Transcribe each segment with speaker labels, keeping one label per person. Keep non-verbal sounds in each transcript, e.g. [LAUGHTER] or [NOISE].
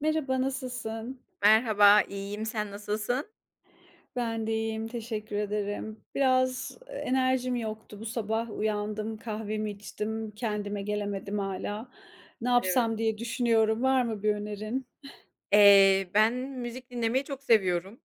Speaker 1: Merhaba, nasılsın?
Speaker 2: Merhaba, iyiyim. Sen nasılsın?
Speaker 1: Ben de iyiyim, teşekkür ederim. Biraz enerjim yoktu. Bu sabah uyandım, kahvemi içtim,
Speaker 2: Hıh,
Speaker 1: kendime gelemedim hala. Ne
Speaker 2: evet.
Speaker 1: yapsam diye düşünüyorum. Var mı bir önerin?
Speaker 2: Ben müzik dinlemeyi çok seviyorum.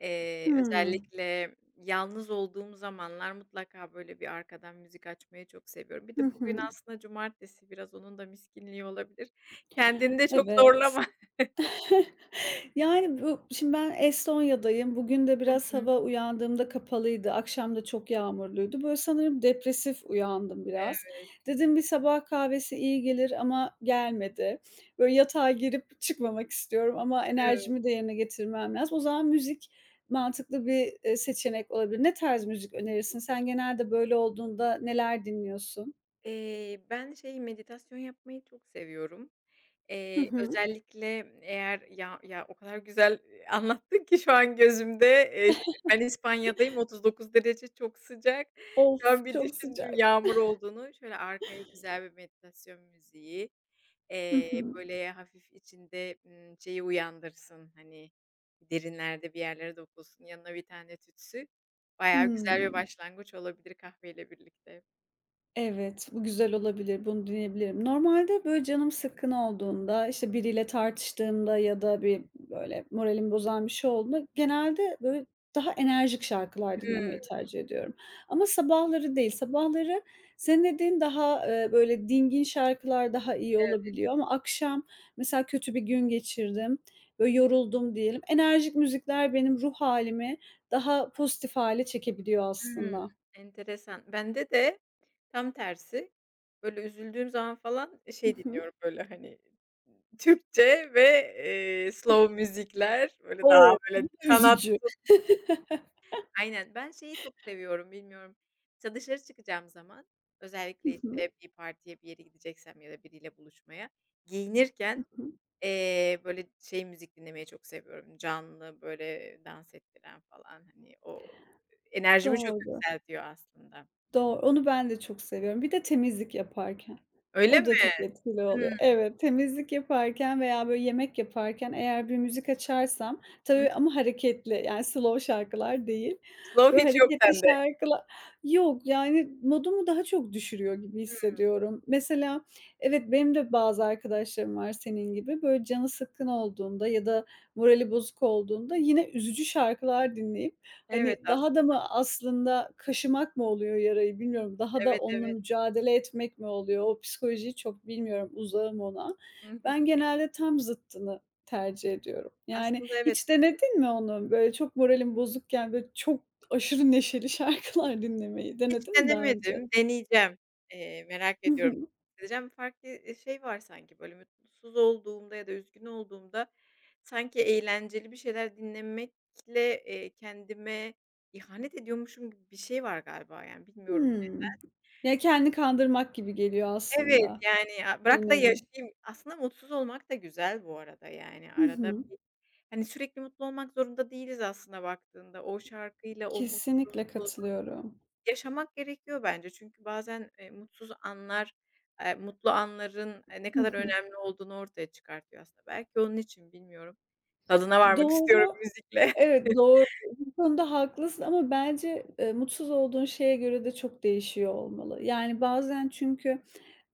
Speaker 2: Eee,
Speaker 1: Hımm.
Speaker 2: özellikle yalnız olduğum zamanlar mutlaka böyle bir arkadan müzik açmayı çok seviyorum. Bir de
Speaker 1: Hı
Speaker 2: bugün
Speaker 1: hı.
Speaker 2: aslında cumartesi, biraz onun da miskinliği olabilir. Kendini de çok
Speaker 1: Evet.
Speaker 2: zorlama. [LAUGHS]
Speaker 1: [LAUGHS] Yani, bu şimdi ben Estonya'dayım. Bugün de
Speaker 2: Hı
Speaker 1: biraz
Speaker 2: hı.
Speaker 1: hava uyandığımda kapalıydı. Akşam da çok yağmurluydu. Böyle sanırım depresif uyandım
Speaker 2: Evet.
Speaker 1: biraz. Dedim bir sabah kahvesi iyi gelir ama gelmedi. Böyle yatağa girip çıkmamak istiyorum ama
Speaker 2: Evet.
Speaker 1: enerjimi de yerine getirmem lazım. O zaman müzik mantıklı bir, seçenek olabilir. Ne tarz müzik önerirsin? Sen genelde böyle olduğunda neler dinliyorsun?
Speaker 2: Ben şey, meditasyon yapmayı çok seviyorum.
Speaker 1: Hı
Speaker 2: Eee,
Speaker 1: hı.
Speaker 2: özellikle eğer o kadar güzel, anlattın ki şu an gözümde, ş ben İspanya'dayım, 39 derece çok sıcak. Şu an
Speaker 1: Of,
Speaker 2: bir
Speaker 1: çok
Speaker 2: düşündüm
Speaker 1: sıcak.
Speaker 2: yağmur olduğunu. Şöyle arkaya güzel bir meditasyon müziği,
Speaker 1: Hı hı.
Speaker 2: böyle hafif içinde, şeyi uyandırsın, hani, derinlerde bir yerlere dokunsun, yanına bir tane tütsü. Bayağı güzel bir
Speaker 1: Hımm.
Speaker 2: başlangıç olabilir kahveyle birlikte.
Speaker 1: Evet, bu güzel olabilir, bunu dinleyebilirim. Normalde, böyle, canım sıkkın olduğunda, işte, biriyle tartıştığımda ya da bir, böyle, moralimi bozan bir şey olduğunda genelde, böyle, daha enerjik şarkılar
Speaker 2: Hımm,
Speaker 1: dinlemeyi
Speaker 2: evet.
Speaker 1: tercih ediyorum ama sabahları değil. Sabahları senin dediğin daha, böyle, dingin şarkılar daha iyi olabiliyor ama akşam mesela kötü bir gün geçirdim, böyle, yoruldum diyelim, enerjik müzikler benim ruh halimi daha pozitif hale çekebiliyor
Speaker 2: Hımm,
Speaker 1: aslında.
Speaker 2: enteresan. Bende de tam tersi. Böyle üzüldüğüm zaman falan
Speaker 1: Hı
Speaker 2: şey
Speaker 1: hı.
Speaker 2: dinliyorum, böyle, hani, Türkçe ve, slow müzikler, böyle, daha
Speaker 1: O! Bu
Speaker 2: böyle
Speaker 1: da üzücü.
Speaker 2: kanatsız. Aynen. Ben şeyi çok seviyorum, bilmiyorum. Mesela dışarı çıkacağım zaman
Speaker 1: Hı
Speaker 2: özellikle,
Speaker 1: hı.
Speaker 2: işte, bir partiye, bir yere gideceksem ya da biriyle buluşmaya
Speaker 1: Hı
Speaker 2: giyinirken,
Speaker 1: hı.
Speaker 2: böyle, şey müzik dinlemeyi çok seviyorum. Canlı, böyle, dans ettiren falan, hani, o enerjimi çok
Speaker 1: Doğru,
Speaker 2: yükseltiyor aslında.
Speaker 1: doğru. Onu ben de çok seviyorum. Bir de temizlik yaparken.
Speaker 2: Öyle
Speaker 1: O
Speaker 2: mi?
Speaker 1: da çok etkili
Speaker 2: Hıı.
Speaker 1: oluyor. Evet, temizlik yaparken veya böyle yemek yaparken eğer bir müzik açarsam
Speaker 2: Hı.
Speaker 1: tabii ama hareketli, yani slow şarkılar değil.
Speaker 2: Slow
Speaker 1: Böyle
Speaker 2: hiç yok
Speaker 1: hareketli
Speaker 2: sende.
Speaker 1: şarkılar. Yok, yani modumu daha çok düşürüyor gibi
Speaker 2: Hıı.
Speaker 1: hissediyorum. Mesela evet, benim de bazı arkadaşlarım var senin gibi. Böyle canı sıkkın olduğunda ya da morali bozuk olduğunda yine üzücü şarkılar dinleyip.
Speaker 2: Evet,
Speaker 1: Hani, daha da mı aslında kaşımak mı oluyor yarayı bilmiyorum. Daha da
Speaker 2: evet,
Speaker 1: onunla
Speaker 2: evet.
Speaker 1: mücadele etmek mi oluyor? O psikolojiyi çok bilmiyorum, uzağım ona.
Speaker 2: Hı
Speaker 1: Ben
Speaker 2: hı.
Speaker 1: genelde tam zıttını tercih ediyorum. Yani
Speaker 2: Aslında evet.
Speaker 1: hiç denedin mi onu? Böyle çok moralim bozukken, böyle, çok aşırı neşeli
Speaker 2: Hi
Speaker 1: şarkılar dinlemeyi
Speaker 2: hiç
Speaker 1: denedin mi daha önce?
Speaker 2: denemedim. Deneyeceğim. Merak
Speaker 1: Hı
Speaker 2: ediyorum.
Speaker 1: hı.
Speaker 2: [UNINTELLIGIBLE] Deneyeceğim. Farklı, şey var sanki böyle mutsuz olduğumda ya da üzgün olduğumda sanki eğlenceli bir şeyler dinlemekle, kendime ihanet ediyormuşum gibi bir şey var galiba yani bilmiyorum.
Speaker 1: Hımm. Ya, kendini kandırmak gibi geliyor
Speaker 2: Evet,
Speaker 1: aslında
Speaker 2: yani, ya,
Speaker 1: bir
Speaker 2: bırak da
Speaker 1: nevi.
Speaker 2: yaşayayım. Aslında mutsuz olmak da güzel bu arada, yani,
Speaker 1: Hı
Speaker 2: arada
Speaker 1: hı.
Speaker 2: bir, hani, sürekli mutlu olmak zorunda değiliz aslında baktığında. O şarkıyla o
Speaker 1: Kesinlikle
Speaker 2: mutsuzluğu
Speaker 1: katılıyorum.
Speaker 2: yaşamak gerekiyor bence. Çünkü bazen, mutsuz anlar, mutlu anların, ne
Speaker 1: Hı
Speaker 2: kadar
Speaker 1: hı.
Speaker 2: önemli olduğunu ortaya çıkartıyor aslında. Belki onun için bilmiyorum. Tadına varmak istiyorum
Speaker 1: Doğru.
Speaker 2: müzikle.
Speaker 1: Evet, doğru. Bu konuda haklısın ama bence, mutsuz olduğun şeye göre de çok değişiyor olmalı. Yani bazen çünkü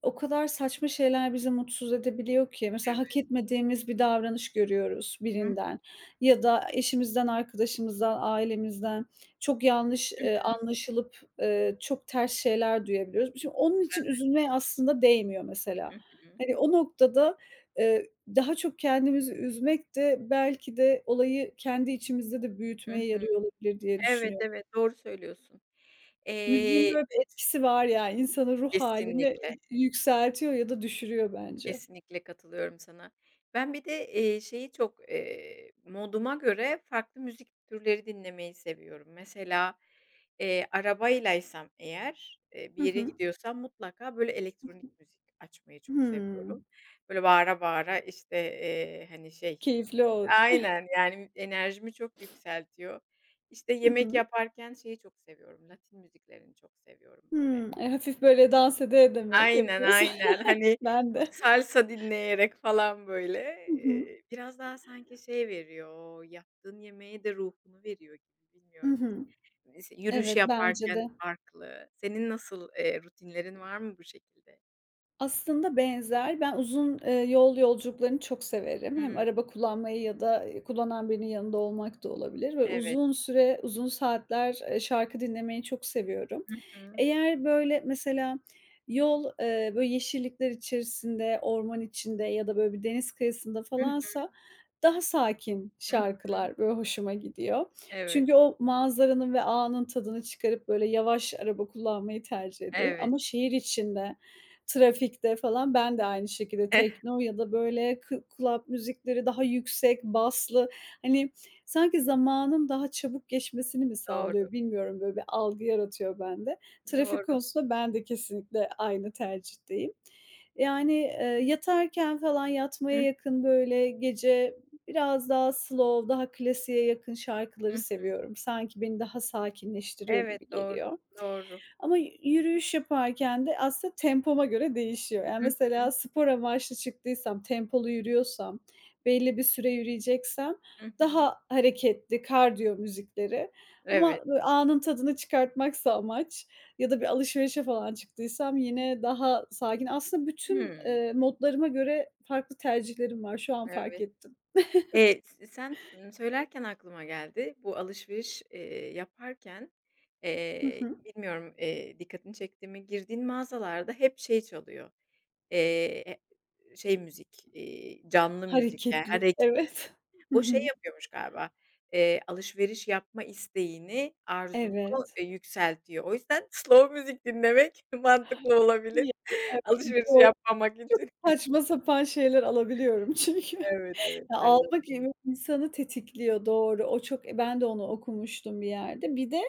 Speaker 1: o kadar saçma şeyler bizi mutsuz edebiliyor ki. Mesela hak
Speaker 2: [LAUGHS]
Speaker 1: etmediğimiz bir davranış görüyoruz birinden ya da eşimizden, arkadaşımızdan, ailemizden çok yanlış,
Speaker 2: Evet. Hı hı,
Speaker 1: anlaşılıp, çok ters şeyler duyabiliyoruz. Şimdi onun için üzülmeye aslında değmiyor mesela.
Speaker 2: hı hı.
Speaker 1: Hani, o noktada, eee, daha çok kendimizi üzmek de belki de olayı kendi içimizde de
Speaker 2: Hı
Speaker 1: büyütmeye
Speaker 2: hı.
Speaker 1: yarıyor olabilir diye
Speaker 2: Evet,
Speaker 1: düşünüyorum.
Speaker 2: evet, doğru söylüyorsun.
Speaker 1: Müziğin
Speaker 2: Eee,
Speaker 1: böyle bir etkisi var ya, insanın ruh hâlini,
Speaker 2: kesinlikle.
Speaker 1: yükseltiyor ya da düşürüyor bence.
Speaker 2: Kesinlikle katılıyorum sana. Ben bir de, şeyi çok, moduma göre farklı müzik türleri dinlemeyi seviyorum. Mesela, arabaylaysam eğer, bir
Speaker 1: Hı
Speaker 2: yere
Speaker 1: hı.
Speaker 2: gidiyorsam mutlaka böyle elektronik müzik açmayı çok seviyorum.
Speaker 1: Hımm.
Speaker 2: Böyle bağıra bağıra, işte, hani, şey.
Speaker 1: Keyifli olur.
Speaker 2: Aynen, yani, enerjimi çok yükseltiyor. İşte,
Speaker 1: Hı
Speaker 2: yemek
Speaker 1: hı.
Speaker 2: yaparken şeyi çok seviyorum, Latin müziklerini çok seviyorum böyle.
Speaker 1: Hımm. E, hafif böyle dans ede ede mi
Speaker 2: Aynen,
Speaker 1: yapıyorsun?
Speaker 2: aynen.
Speaker 1: [LAUGHS]
Speaker 2: Hani,
Speaker 1: Ben
Speaker 2: bu
Speaker 1: de.
Speaker 2: salsa dinleyerek falan böyle,
Speaker 1: Hı hı.
Speaker 2: biraz daha sanki şey veriyor, o yaptığın yemeğe de ruhunu veriyor gibi,
Speaker 1: Hı
Speaker 2: bilmiyorum.
Speaker 1: hı.
Speaker 2: Neyse, yürüyüş
Speaker 1: Evet, bence de.
Speaker 2: yaparken farklı. Senin nasıl, rutinlerin var mı bu şekilde?
Speaker 1: Aslında benzer. Ben uzun, yol yolculuklarını çok severim. Hem
Speaker 2: Hımm,
Speaker 1: araba kullanmayı ya da, kullanan birinin yanında olmak da olabilir ve
Speaker 2: evet.
Speaker 1: uzun süre, uzun saatler, şarkı dinlemeyi çok seviyorum.
Speaker 2: Hı hı.
Speaker 1: Eğer böyle mesela yol, böyle yeşillikler içerisinde, orman içinde ya da böyle bir deniz kıyısında
Speaker 2: Hı hı,
Speaker 1: falansa daha sakin
Speaker 2: hı hı.
Speaker 1: şarkılar böyle hoşuma gidiyor.
Speaker 2: Evet,
Speaker 1: Çünkü o manzaranın ve anın tadını çıkarıp böyle yavaş araba kullanmayı tercih ediyorum
Speaker 2: evet.
Speaker 1: ama şehir içinde. Trafikte falan ben de aynı şekilde
Speaker 2: Eh,
Speaker 1: tekno ya da böyle club müzikleri daha yüksek baslı, hani, sanki zamanın daha çabuk geçmesini mi
Speaker 2: doğru,
Speaker 1: sağlıyor bilmiyorum, böyle bir algı yaratıyor bende. Trafik
Speaker 2: doğru.
Speaker 1: konusunda ben de kesinlikle aynı tercihteyim. Yani, yatarken falan
Speaker 2: Hı
Speaker 1: yatmaya
Speaker 2: hı,
Speaker 1: yakın böyle gece biraz daha slow, daha klasiğe yakın
Speaker 2: hı
Speaker 1: şarkıları
Speaker 2: hı.
Speaker 1: seviyorum. Sanki beni daha sakinleştiriyor
Speaker 2: Evet,
Speaker 1: gibi
Speaker 2: doğru,
Speaker 1: geliyor.
Speaker 2: doğru.
Speaker 1: Ama yürüyüş yaparken de aslında tempoma göre değişiyor. Yani,
Speaker 2: Hı
Speaker 1: mesela
Speaker 2: hı,
Speaker 1: spor amaçlı çıktıysam, tempolu yürüyorsam, belli bir süre yürüyeceksem
Speaker 2: hı hı.
Speaker 1: daha hareketli kardiyo müzikleri
Speaker 2: Evet.
Speaker 1: ama böyle anın tadını çıkartmaksa amaç ya da bir alışverişe falan çıktıysam yine daha sakin. Aslında bütün,
Speaker 2: Hımm,
Speaker 1: modlarıma göre farklı tercihlerim var. Şu an fark
Speaker 2: evet.
Speaker 1: ettim.
Speaker 2: S sen, söylerken aklıma geldi. Bu alışveriş, yaparken,
Speaker 1: Hı hı.
Speaker 2: bilmiyorum, dikkatini çekti mi, girdiğin mağazalarda hep şey çalıyor, eee, şey müzik, canlı müzik, yani, her
Speaker 1: Hareketli. Evet. Hı
Speaker 2: o şey
Speaker 1: hı. [LAUGHS]
Speaker 2: yapıyormuş galiba, alışveriş yapma isteğini, arzunu,
Speaker 1: Evet.
Speaker 2: yükseltiyor. O yüzden [LAUGHS] slow müzik dinlemek [LAUGHS] mantıklı olabilir
Speaker 1: Ya, evet,
Speaker 2: alışveriş
Speaker 1: doğru.
Speaker 2: yapmamak
Speaker 1: Çok
Speaker 2: için.
Speaker 1: saçma sapan şeyler alabiliyorum [LAUGHS] çünkü.
Speaker 2: Evet, evet.
Speaker 1: Ya,
Speaker 2: Her zaman.
Speaker 1: almak evet insanı tetikliyor, doğru. O çok ben de onu okumuştum bir yerde. Bir de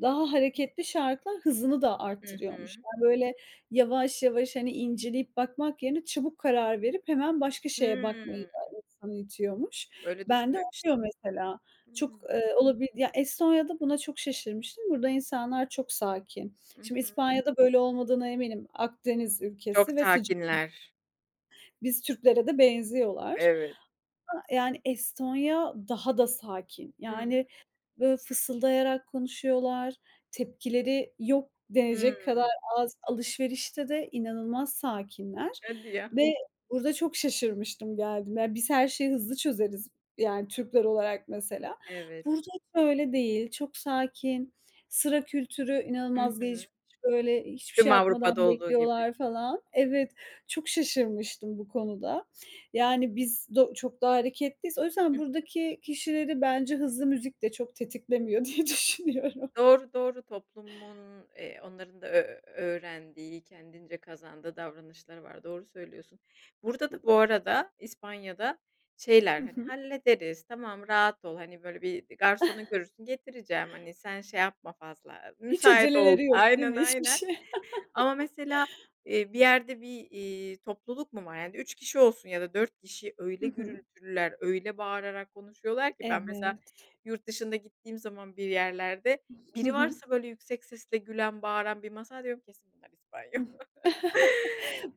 Speaker 1: daha hareketli şarkılar hızını da
Speaker 2: Hı hı.
Speaker 1: arttırıyormuş. Yani, böyle, yavaş yavaş, hani, inceleyip bakmak yerine çabuk karar verip hemen başka şeye
Speaker 2: Hımm.
Speaker 1: bakmayı da insanı itiyormuş.
Speaker 2: Böyle
Speaker 1: Bende oluyor
Speaker 2: düşünmemiştim.
Speaker 1: mesela. Çok,
Speaker 2: Hımm.
Speaker 1: ya, Estonya'da buna çok şaşırmıştım. Burada insanlar çok sakin.
Speaker 2: Hı
Speaker 1: Şimdi
Speaker 2: hı.
Speaker 1: İspanya'da böyle olmadığına eminim. Akdeniz
Speaker 2: Çok
Speaker 1: ülkesi ve sıcak.
Speaker 2: sakinler.
Speaker 1: Biz Türklere de benziyorlar.
Speaker 2: Evet.
Speaker 1: Yani Estonya daha da sakin.
Speaker 2: Hımm.
Speaker 1: Yani, böyle, fısıldayarak konuşuyorlar, tepkileri yok
Speaker 2: Hımm.
Speaker 1: denecek kadar az. Alışverişte de inanılmaz sakinler
Speaker 2: Hadi ya.
Speaker 1: ve burada çok şaşırmıştım geldiğimde. Ya, biz her şeyi hızlı çözeriz, yani, Türkler olarak mesela.
Speaker 2: Evet.
Speaker 1: Burada hiç öyle değil. Çok sakin, sıra kültürü
Speaker 2: Hı
Speaker 1: inanılmaz
Speaker 2: hı.
Speaker 1: gelişmiş, böyle, hiçbir
Speaker 2: Tüm
Speaker 1: şey
Speaker 2: Avrupa'da
Speaker 1: yapmadan
Speaker 2: olduğu gibi.
Speaker 1: bekliyorlar falan. Evet, çok şaşırmıştım bu konuda. Yani, biz çok daha hareketliyiz. O yüzden
Speaker 2: Hıh.
Speaker 1: buradaki kişileri bence hızlı müzik de çok tetiklemiyor [LAUGHS] diye düşünüyorum.
Speaker 2: Doğru, doğru. Toplumun, onların da öğrendiği, kendince kazandığı davranışları var. Doğru söylüyorsun. Burada da bu arada İspanya'da şeyler,
Speaker 1: Hı
Speaker 2: hani,
Speaker 1: hı.
Speaker 2: "Hallederiz, tamam, rahat ol." Hani, böyle bir garsonu görürsün, "Getireceğim." Hani, "Sen şey yapma fazla,
Speaker 1: Hiç
Speaker 2: müsait ol."
Speaker 1: aceleleri yok değil
Speaker 2: Aynen,
Speaker 1: mi hiçbir
Speaker 2: aynen.
Speaker 1: şey?
Speaker 2: Ama mesela, bir yerde bir, topluluk mu var? Yani 3 kişi olsun ya da 4 kişi öyle
Speaker 1: Hı hı.
Speaker 2: gürültülüler, öyle bağırarak konuşuyorlar ki ben mesela
Speaker 1: Evet.
Speaker 2: yurt dışında gittiğim zaman bir yerlerde biri
Speaker 1: Hı.
Speaker 2: varsa böyle yüksek sesle gülen, bağıran bir masa diyorum kesin bunlar
Speaker 1: Hı
Speaker 2: İspanyol.
Speaker 1: hı.
Speaker 2: [LAUGHS]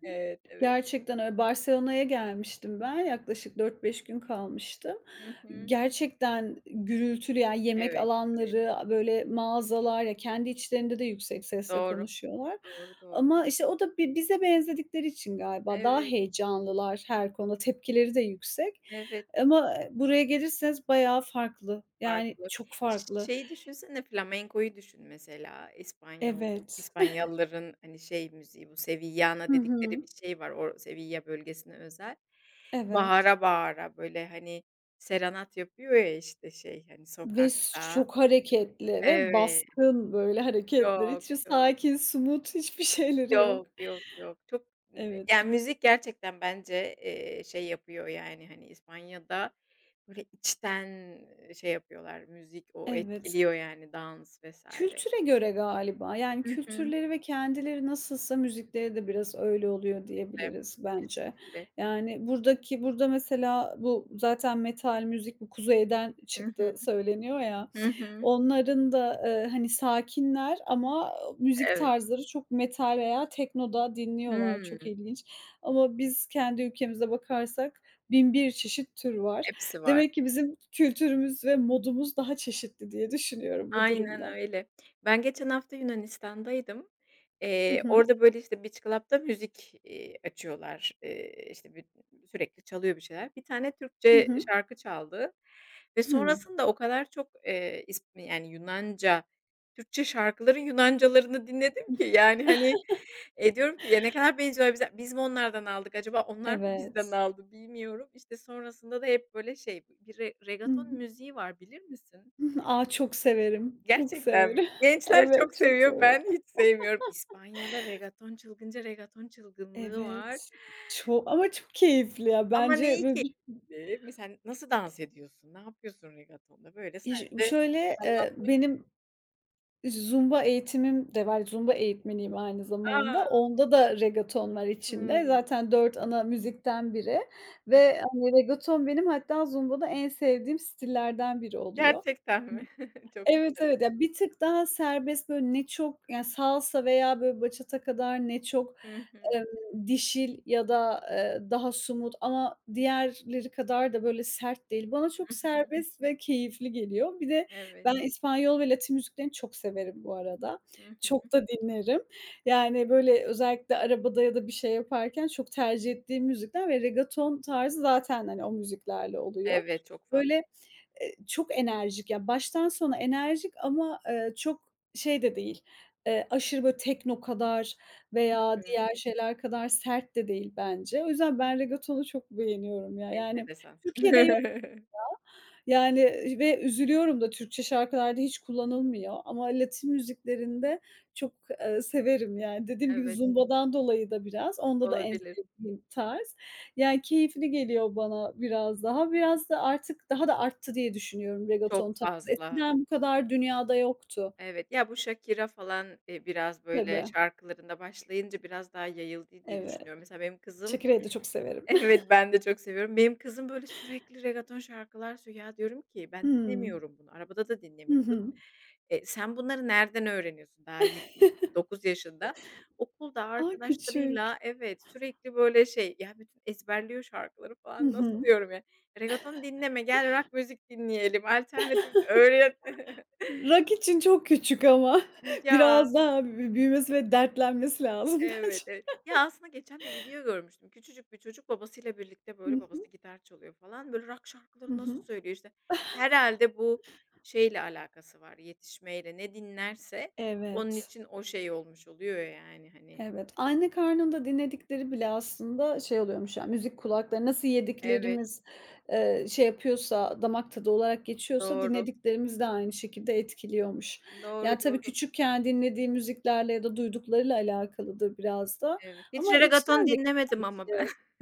Speaker 2: Evet, evet.
Speaker 1: Gerçekten öyle. Barcelona'ya gelmiştim ben. Yaklaşık 4-5 gün kalmıştım.
Speaker 2: Hı hı.
Speaker 1: Gerçekten gürültülü, yani yemek
Speaker 2: Evet, evet.
Speaker 1: alanları, böyle mağazalar ya kendi içlerinde de yüksek sesle
Speaker 2: Doğru.
Speaker 1: konuşuyorlar.
Speaker 2: Doğru, doğru.
Speaker 1: Ama, işte, o da bize benzedikleri için galiba daha
Speaker 2: Evet,
Speaker 1: heyecanlılar her konuda, tepkileri de yüksek.
Speaker 2: evet.
Speaker 1: Ama, buraya gelirseniz bayağı farklı, yani
Speaker 2: Farklı.
Speaker 1: çok farklı.
Speaker 2: Şeyi düşünsene, flamenko'yu düşün mesela. İspanyol
Speaker 1: Evet.
Speaker 2: İspanyolların, hani, şey müziği bu sevillana
Speaker 1: Hı
Speaker 2: dedikleri bir
Speaker 1: hı.
Speaker 2: şey var. O Sevilla bölgesine özel.
Speaker 1: Evet.
Speaker 2: Bağıra bağıra, böyle, hani, serenat yapıyor ya, işte, şey, hani,
Speaker 1: Ve
Speaker 2: sokakta.
Speaker 1: çok hareketli ve
Speaker 2: Evet,
Speaker 1: baskın böyle hareketler.
Speaker 2: çok,
Speaker 1: Hiç
Speaker 2: çok.
Speaker 1: sakin, smooth hiçbir [LAUGHS] şeyleri yok.
Speaker 2: Yok, yok, yok. Çok,
Speaker 1: Evet,
Speaker 2: yani, müzik gerçekten bence, şey yapıyor, yani, hani, İspanya'da böyle içten, şey yapıyorlar, müzik o
Speaker 1: evet.
Speaker 2: etkiliyor, yani, dans vesaire.
Speaker 1: Kültüre göre galiba. Yani
Speaker 2: Hı hı.
Speaker 1: kültürleri ve kendileri nasılsa müzikleri de biraz öyle oluyor
Speaker 2: Kesinlikle.
Speaker 1: diyebiliriz bence.
Speaker 2: Kesinlikle.
Speaker 1: Yani buradaki burada mesela bu zaten metal müzik bu kuzeyden
Speaker 2: Hı hı.
Speaker 1: çıktı söyleniyor ya.
Speaker 2: Hı hı.
Speaker 1: Onların da, hani sakinler ama müzik
Speaker 2: Evet.
Speaker 1: tarzları çok metal veya teknoda dinliyorlar.
Speaker 2: Hımm.
Speaker 1: Çok ilginç. Ama biz kendi ülkemize bakarsak 1001 çeşit tür var.
Speaker 2: Hepsi var.
Speaker 1: Demek ki bizim kültürümüz ve modumuz daha çeşitli diye düşünüyorum bu
Speaker 2: Aynen
Speaker 1: durumda.
Speaker 2: öyle. Ben geçen hafta Yunanistan'daydım.
Speaker 1: Hı
Speaker 2: Eee,
Speaker 1: hı.
Speaker 2: orada, böyle, işte, beach club'da müzik, açıyorlar. İşte, bir sürekli çalıyor bir şeyler. Bir tane
Speaker 1: Hı
Speaker 2: Türkçe
Speaker 1: hı.
Speaker 2: şarkı çaldı ve
Speaker 1: Hıı.
Speaker 2: sonrasında o kadar çok, is yani, Yunanca, Türkçe şarkıların Yunancalarını dinledim ki, yani, hani, diyorum ki "Ya, ne kadar benziyorlar bize. Biz mi onlardan aldık acaba? Onlar mı bizden
Speaker 1: Evet.
Speaker 2: aldı bilmiyorum." İşte, sonrasında da hep, böyle, şey, bir re
Speaker 1: Hı
Speaker 2: reggaeton
Speaker 1: hı.
Speaker 2: müziği var, bilir misin?
Speaker 1: Hı hı. A, çok severim, çok
Speaker 2: Gerçekten mi?
Speaker 1: severim. [LAUGHS]
Speaker 2: Gençler çok
Speaker 1: Evet, çok
Speaker 2: seviyor,
Speaker 1: severim.
Speaker 2: ben hiç sevmiyorum. İspanya'da regaton çılgınlığı var
Speaker 1: Evet. Çok ama çok keyifli ya.
Speaker 2: ama
Speaker 1: Bence
Speaker 2: neyi
Speaker 1: böyle bir
Speaker 2: keyifli? Mesela nasıl dans ediyorsun? Ne yapıyorsun regatonda? Böyle
Speaker 1: iş
Speaker 2: sadece
Speaker 1: şöyle,
Speaker 2: salla.
Speaker 1: benim zumba eğitimim de var. Zumba eğitmeniyim aynı
Speaker 2: A!
Speaker 1: zamanda. Onda da reggaeton var içinde.
Speaker 2: Hımm.
Speaker 1: Zaten 4 ana müzikten biri
Speaker 2: Evet.
Speaker 1: ve, hani, reggaeton benim hatta zumbada en sevdiğim stillerden biri oluyor.
Speaker 2: Gerçekten mi? [LAUGHS] Çok
Speaker 1: Evet, evet.
Speaker 2: enteresan.
Speaker 1: Ya, bir tık daha serbest, böyle, ne çok, yani, salsa veya, böyle, bachata kadar ne çok,
Speaker 2: Hı hı.
Speaker 1: dişil ya da, daha sumut ama diğerleri kadar da, böyle, sert değil. Bana
Speaker 2: Hı
Speaker 1: çok
Speaker 2: hı.
Speaker 1: serbest ve keyifli geliyor. Bir de
Speaker 2: Evet.
Speaker 1: ben İspanyol ve Latin müziklerini çok severim bu arada.
Speaker 2: Hı hı.
Speaker 1: Çok da dinlerim. Yani, böyle, özellikle arabada ya da bir şey yaparken çok tercih ettiğim müzikler ve reggaeton tarzı zaten, hani, o müziklerle oluyor.
Speaker 2: Evet, çok fazla.
Speaker 1: Böyle. Çok enerjik, ya, baştan sona enerjik ama, çok şey de değil, aşırı böyle tekno kadar
Speaker 2: Hı
Speaker 1: veya
Speaker 2: hı.
Speaker 1: diğer şeyler kadar sert de değil bence. O yüzden ben regetonu çok beğeniyorum ya. Yani
Speaker 2: Enteresan.
Speaker 1: Türkiye'de
Speaker 2: [LAUGHS]
Speaker 1: yani, ve üzülüyorum da Türkçe şarkılarda hiç kullanılmıyor ama Latin müziklerinde çok, severim. Yani, dediğim gibi
Speaker 2: Evet,
Speaker 1: zumbadan dolayı da biraz, onda da en
Speaker 2: olabilir.
Speaker 1: sevdiğim tarz. Yani, keyifli geliyor bana biraz daha. Biraz da artık daha da arttı diye düşünüyorum
Speaker 2: Çok
Speaker 1: reggaeton tarzı.
Speaker 2: fazla.
Speaker 1: Eskiden bu kadar dünyada yoktu.
Speaker 2: Evet, ya, bu Shakira falan, biraz, böyle,
Speaker 1: Tabii,
Speaker 2: şarkılarında başlayınca biraz daha yayıldı diye
Speaker 1: evet.
Speaker 2: düşünüyorum. Mesela benim kızım.
Speaker 1: Çekirdeği de çok severim.
Speaker 2: [LAUGHS]
Speaker 1: [LAUGHS]
Speaker 2: Evet, ben de çok seviyorum. Benim kızım, böyle, sürekli reggaeton şarkılar söylüyor. Ya, diyorum ki ben
Speaker 1: Hımm.
Speaker 2: dinlemiyorum bunu. Arabada da
Speaker 1: Hı
Speaker 2: dinlemiyoruz.
Speaker 1: hı.
Speaker 2: Sen bunları nereden öğreniyorsun? Daha 9 yaşında. Okulda
Speaker 1: A, küçük.
Speaker 2: arkadaşlarıyla. Evet, sürekli, böyle, şey, ya, bütün ezberliyor şarkıları falan.
Speaker 1: Hı
Speaker 2: Nasıl
Speaker 1: hı.
Speaker 2: diyorum ya? Reggaeton dinleme, gel rock müzik dinleyelim, alternatif öğren. [LAUGHS]
Speaker 1: Rock için çok küçük ama [LAUGHS] biraz
Speaker 2: Ya.
Speaker 1: daha büyümesi ve dertlenmesi lazım [LAUGHS] bence.
Speaker 2: Evet, evet. Ya, aslında geçen bir video görmüştüm. Küçücük bir çocuk babasıyla birlikte,
Speaker 1: Hı
Speaker 2: böyle,
Speaker 1: hı.
Speaker 2: babası gitar çalıyor falan. Böyle rock
Speaker 1: Hı
Speaker 2: şarkıları nasıl
Speaker 1: hı.
Speaker 2: söylüyor, işte. Herhalde bu şeyle alakası var, yetişmeyle. Ne dinlerse onun
Speaker 1: Evet,
Speaker 2: için o şey olmuş oluyor yani, hani.
Speaker 1: evet. Anne karnında dinledikleri bile aslında şey oluyormuş ya, müzik kulakları nasıl
Speaker 2: Evet,
Speaker 1: yediklerimiz, şey yapıyorsa, damak tadı olarak geçiyorsa
Speaker 2: doğru.
Speaker 1: dinlediklerimiz de aynı şekilde etkiliyormuş.
Speaker 2: Doğru,
Speaker 1: Yani, tabii
Speaker 2: doğru.
Speaker 1: küçükken dinlediği müziklerle ya da duyduklarıyla alakalıdır biraz da
Speaker 2: Evet. Hiç
Speaker 1: ama
Speaker 2: reggaeton
Speaker 1: içten de.
Speaker 2: dinlemedim ama ben. [LAUGHS]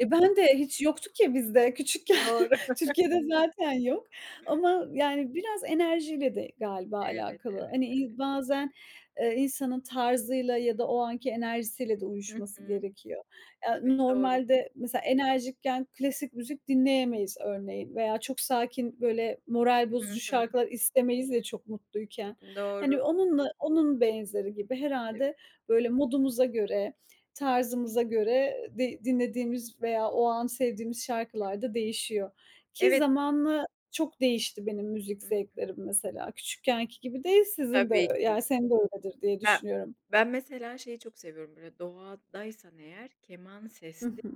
Speaker 1: E, ben de hiç yoktu ki bizde küçükken.
Speaker 2: Doğru.
Speaker 1: [LAUGHS] Türkiye'de zaten yok ama yani biraz enerjiyle de galiba
Speaker 2: Evet,
Speaker 1: alakalı.
Speaker 2: evet.
Speaker 1: Hani, bazen, insanın tarzıyla ya da o anki enerjisiyle de
Speaker 2: Hı
Speaker 1: uyuşması
Speaker 2: hı.
Speaker 1: gerekiyor. Ya,
Speaker 2: Evet, doğru.
Speaker 1: normalde mesela enerjikken klasik müzik dinleyemeyiz örneğin veya çok sakin, böyle, moral
Speaker 2: Hı
Speaker 1: bozucu
Speaker 2: hı.
Speaker 1: şarkılar istemeyiz de çok mutluyken.
Speaker 2: Doğru.
Speaker 1: Hani, onunla onun benzeri gibi
Speaker 2: Evet.
Speaker 1: herhalde böyle, modumuza göre. Tarzımıza göre de dinlediğimiz veya o an sevdiğimiz şarkılar da değişiyor ki
Speaker 2: Evet.
Speaker 1: zamanla çok değişti benim müzik
Speaker 2: Hı.
Speaker 1: zevklerim mesela. Küçükkenki gibi değil, sizin de
Speaker 2: Tabii.
Speaker 1: yani senin de öyledir diye
Speaker 2: Ben
Speaker 1: düşünüyorum.
Speaker 2: ben mesela şeyi çok seviyorum, böyle, doğadaysan eğer keman
Speaker 1: Hı
Speaker 2: ses.
Speaker 1: hı.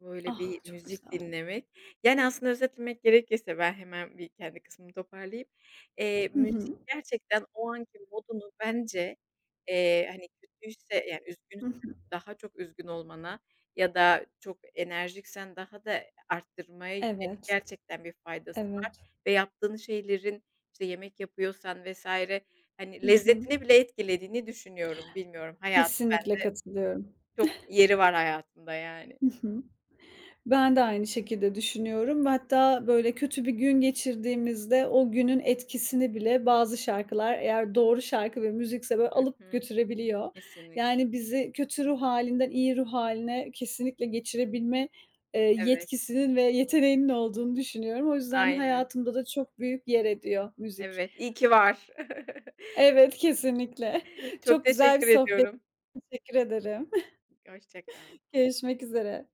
Speaker 2: Böyle bir
Speaker 1: Ah, çok
Speaker 2: müzik
Speaker 1: güzel.
Speaker 2: dinlemek. Yani, aslında özetlemek gerekirse ben hemen bir kendi kısmımı toparlayayım. Eee,
Speaker 1: Hı
Speaker 2: müzik
Speaker 1: hı.
Speaker 2: gerçekten o anki modunu bence, hani, kötüyse, yani,
Speaker 1: Hı
Speaker 2: üzgünsen
Speaker 1: hı.
Speaker 2: daha çok üzgün olmana ya da çok enerjiksen daha da arttırmaya yönelik
Speaker 1: Evet,
Speaker 2: gerçekten bir faydası var
Speaker 1: evet.
Speaker 2: ve yaptığın şeylerin, işte, yemek yapıyorsan vs. hani,
Speaker 1: Hı hı.
Speaker 2: lezzetini bile etkilediğini düşünüyorum. Bilmiyorum, hayat
Speaker 1: Kesinlikle katılıyorum.
Speaker 2: çok yeri var hayatımda yani.
Speaker 1: Hı hı. Ben de aynı şekilde düşünüyorum ve hatta böyle kötü bir gün geçirdiğimizde o günün etkisini bile bazı şarkılar eğer doğru şarkı ve müzikse böyle
Speaker 2: Hı
Speaker 1: alıp
Speaker 2: hı.
Speaker 1: götürebiliyor.
Speaker 2: Kesinlikle.
Speaker 1: Yani bizi kötü ruh halinden iyi ruh haline kesinlikle geçirebilme,
Speaker 2: Evet,
Speaker 1: yetkisinin ve yeteneğinin olduğunu düşünüyorum. O yüzden
Speaker 2: aynen.
Speaker 1: hayatımda da çok büyük yer ediyor müzik.
Speaker 2: Evet, iyi ki var. [LAUGHS]
Speaker 1: Evet, kesinlikle. [LAUGHS]
Speaker 2: Çok
Speaker 1: Çok güzel bir
Speaker 2: teşekkür
Speaker 1: sohbet.
Speaker 2: ediyorum.
Speaker 1: Teşekkür ederim.
Speaker 2: Hoşça kal.
Speaker 1: [LAUGHS] Görüşmek üzere.